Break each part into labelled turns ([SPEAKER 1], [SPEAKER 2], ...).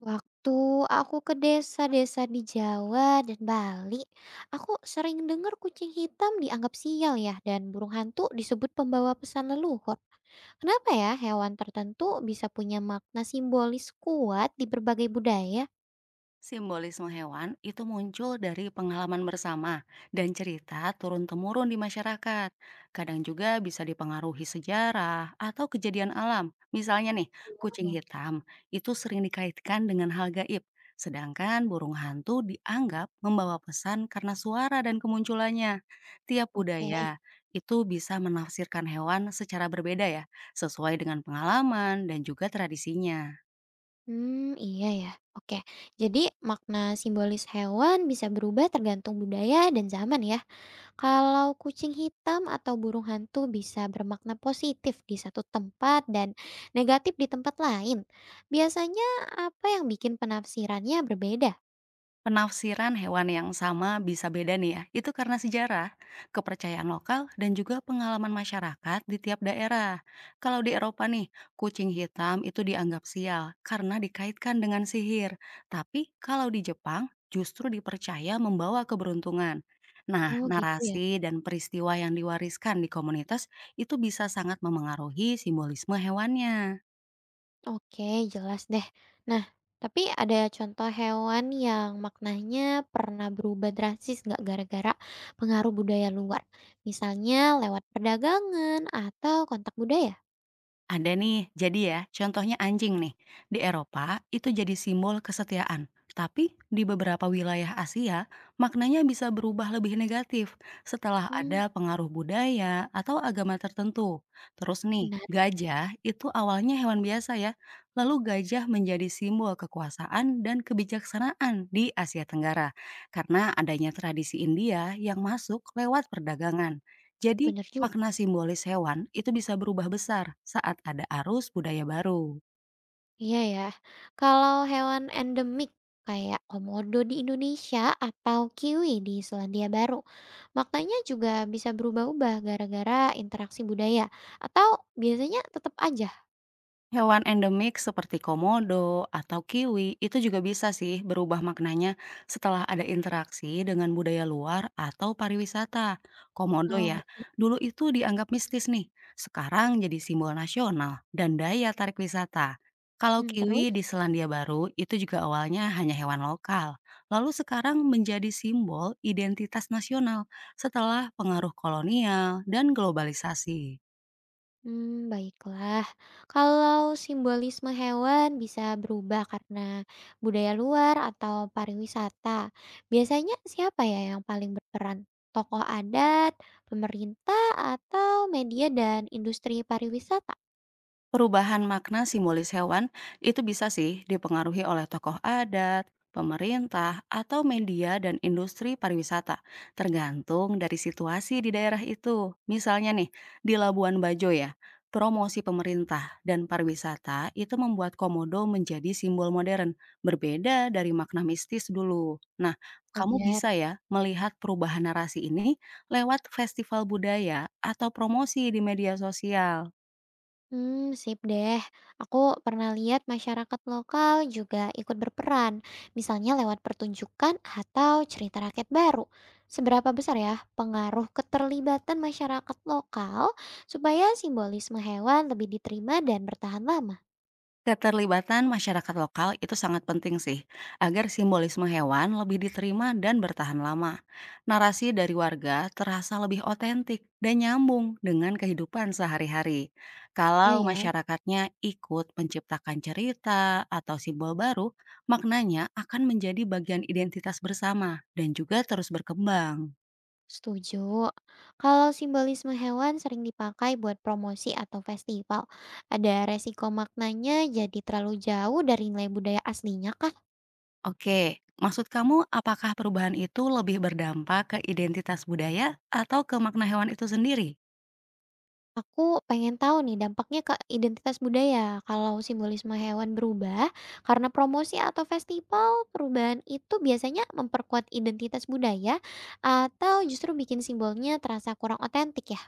[SPEAKER 1] Waktu aku ke desa-desa di Jawa dan Bali, aku sering dengar kucing hitam dianggap sial ya, dan burung hantu disebut pembawa pesan leluhur. Kenapa ya hewan tertentu bisa punya makna simbolis kuat di berbagai budaya?
[SPEAKER 2] Simbolisme hewan itu muncul dari pengalaman bersama dan cerita turun-temurun di masyarakat. Kadang juga bisa dipengaruhi sejarah atau kejadian alam. Misalnya nih, kucing
[SPEAKER 1] Oh.
[SPEAKER 2] hitam itu sering dikaitkan dengan hal gaib, sedangkan burung hantu dianggap membawa pesan karena suara dan kemunculannya. Tiap
[SPEAKER 1] Oke.
[SPEAKER 2] budaya itu bisa menafsirkan hewan secara berbeda ya, sesuai dengan pengalaman dan juga tradisinya.
[SPEAKER 1] Hmm, iya ya. Oke, jadi makna simbolis hewan bisa berubah tergantung budaya dan zaman ya. Kalau kucing hitam atau burung hantu bisa bermakna positif di satu tempat dan negatif di tempat lain, biasanya apa yang bikin penafsirannya berbeda?
[SPEAKER 2] Penafsiran hewan yang sama bisa beda nih ya. Itu karena sejarah, kepercayaan lokal, dan juga pengalaman masyarakat di tiap daerah. Kalau di Eropa nih, kucing hitam itu dianggap sial karena dikaitkan dengan sihir. Tapi kalau di Jepang, justru dipercaya membawa keberuntungan. Nah,
[SPEAKER 1] Oh gitu ya.
[SPEAKER 2] narasi dan peristiwa yang diwariskan di komunitas itu bisa sangat memengaruhi simbolisme hewannya.
[SPEAKER 1] Oke, jelas deh. Nah, tapi ada contoh hewan yang maknanya pernah berubah drastis nggak gara-gara pengaruh budaya luar? Misalnya lewat perdagangan atau kontak budaya?
[SPEAKER 2] Ada nih, jadi ya, contohnya anjing nih. Di Eropa, itu jadi simbol kesetiaan. Tapi di beberapa wilayah Asia, maknanya bisa berubah lebih negatif setelah
[SPEAKER 1] Hmm,
[SPEAKER 2] ada pengaruh budaya atau agama tertentu. Terus nih,
[SPEAKER 1] menarik ya.
[SPEAKER 2] gajah itu awalnya hewan biasa ya. Lalu gajah menjadi simbol kekuasaan dan kebijaksanaan di Asia Tenggara karena adanya tradisi India yang masuk lewat perdagangan. Jadi
[SPEAKER 1] Bener juga.
[SPEAKER 2] makna simbolis hewan itu bisa berubah besar saat ada arus budaya baru.
[SPEAKER 1] Iya ya. Kalau hewan endemik kayak komodo di Indonesia atau kiwi di Selandia Baru, maknanya juga bisa berubah-ubah gara-gara interaksi budaya atau biasanya tetap aja.
[SPEAKER 2] Hewan endemik seperti komodo atau kiwi itu juga bisa sih berubah maknanya setelah ada interaksi dengan budaya luar atau pariwisata. Komodo
[SPEAKER 1] Oh,
[SPEAKER 2] ya,
[SPEAKER 1] ngerti.
[SPEAKER 2] dulu itu dianggap mistis nih, sekarang jadi simbol nasional dan daya tarik wisata. Kalau
[SPEAKER 1] Hmm,
[SPEAKER 2] kiwi di
[SPEAKER 1] terus?
[SPEAKER 2] Selandia Baru itu juga awalnya hanya hewan lokal, lalu sekarang menjadi simbol identitas nasional setelah pengaruh kolonial dan globalisasi.
[SPEAKER 1] Hmm, baiklah. Kalau simbolisme hewan bisa berubah karena budaya luar atau pariwisata, biasanya siapa ya yang paling berperan? Tokoh adat, pemerintah, atau media dan industri pariwisata?
[SPEAKER 2] Perubahan makna simbolis hewan itu bisa sih dipengaruhi oleh tokoh adat, pemerintah, atau media dan industri pariwisata, tergantung dari situasi di daerah itu. Misalnya nih, di Labuan Bajo ya, promosi pemerintah dan pariwisata itu membuat komodo menjadi simbol modern, berbeda dari makna mistis dulu. Nah, kamu
[SPEAKER 1] Wajar.
[SPEAKER 2] bisa ya melihat perubahan narasi ini lewat festival budaya atau promosi di media sosial.
[SPEAKER 1] Hmm, sip deh. Aku pernah lihat masyarakat lokal juga ikut berperan, misalnya lewat pertunjukan atau cerita rakyat baru. Seberapa besar ya pengaruh keterlibatan masyarakat lokal supaya simbolisme hewan lebih diterima dan bertahan lama?
[SPEAKER 2] Keterlibatan masyarakat lokal itu sangat penting sih, agar simbolisme hewan lebih diterima dan bertahan lama. Narasi dari warga terasa lebih otentik dan nyambung dengan kehidupan sehari-hari.
[SPEAKER 1] Ya
[SPEAKER 2] Kalau
[SPEAKER 1] ya,
[SPEAKER 2] masyarakatnya ikut menciptakan cerita atau simbol baru, maknanya akan menjadi bagian identitas bersama dan juga terus berkembang.
[SPEAKER 1] setuju. Kalau simbolisme hewan sering dipakai buat promosi atau festival, ada resiko maknanya jadi terlalu jauh dari nilai budaya aslinya kah?
[SPEAKER 2] Oke, maksud kamu apakah perubahan itu lebih berdampak ke identitas budaya atau ke makna hewan itu sendiri?
[SPEAKER 1] Aku pengen tahu nih dampaknya ke identitas budaya kalau simbolisme hewan berubah karena promosi atau festival, perubahan itu biasanya memperkuat identitas budaya atau justru bikin simbolnya terasa kurang otentik ya?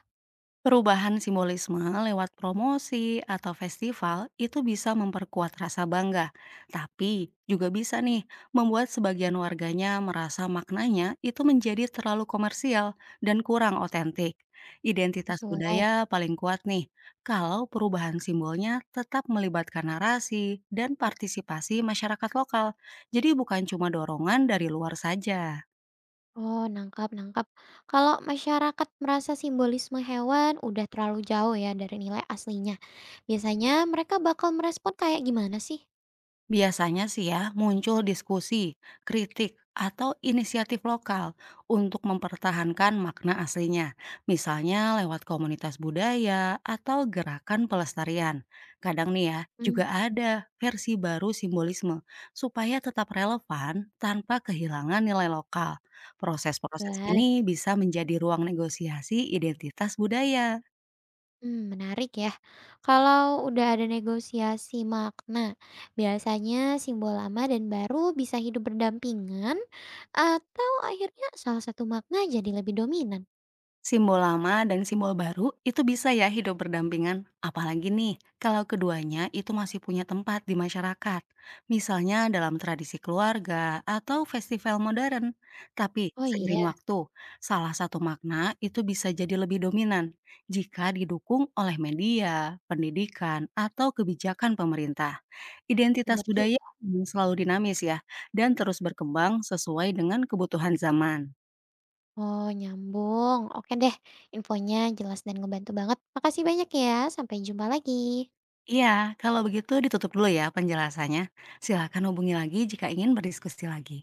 [SPEAKER 2] Perubahan simbolisme lewat promosi atau festival itu bisa memperkuat rasa bangga, tapi juga bisa nih membuat sebagian warganya merasa maknanya itu menjadi terlalu komersial dan kurang otentik. Identitas
[SPEAKER 1] Sesuai.
[SPEAKER 2] budaya paling kuat nih kalau perubahan simbolnya tetap melibatkan narasi dan partisipasi masyarakat lokal. Jadi bukan cuma dorongan dari luar saja.
[SPEAKER 1] Oh, nangkap, nangkap. Kalau masyarakat merasa simbolisme hewan udah terlalu jauh ya dari nilai aslinya, biasanya mereka bakal merespon kayak gimana sih?
[SPEAKER 2] Biasanya sih ya muncul diskusi, kritik, atau inisiatif lokal untuk mempertahankan makna aslinya. Misalnya lewat komunitas budaya atau gerakan pelestarian. Kadang nih ya,
[SPEAKER 1] Hmm,
[SPEAKER 2] juga ada versi baru simbolisme supaya tetap relevan tanpa kehilangan nilai lokal. Proses-proses
[SPEAKER 1] jelas.
[SPEAKER 2] ini bisa menjadi ruang negosiasi identitas budaya.
[SPEAKER 1] Mmm, menarik ya. Kalau udah ada negosiasi makna, biasanya simbol lama dan baru bisa hidup berdampingan atau akhirnya salah satu makna jadi lebih dominan?
[SPEAKER 2] Simbol lama dan simbol baru itu bisa ya hidup berdampingan. Apalagi nih, kalau keduanya itu masih punya tempat di masyarakat. Misalnya dalam tradisi keluarga atau festival modern. Tapi
[SPEAKER 1] Oh iya,
[SPEAKER 2] seiring waktu, salah satu makna itu bisa jadi lebih dominan jika didukung oleh media, pendidikan, atau kebijakan pemerintah. Identitas
[SPEAKER 1] bener
[SPEAKER 2] budaya
[SPEAKER 1] juga.
[SPEAKER 2] memang selalu dinamis ya, dan terus berkembang sesuai dengan kebutuhan zaman.
[SPEAKER 1] Oh, nyambung. Oke deh, infonya jelas dan ngebantu banget. Makasih banyak ya, sampai jumpa lagi.
[SPEAKER 2] Iya, kalau begitu ditutup dulu ya penjelasannya. Silakan hubungi lagi jika ingin berdiskusi lagi.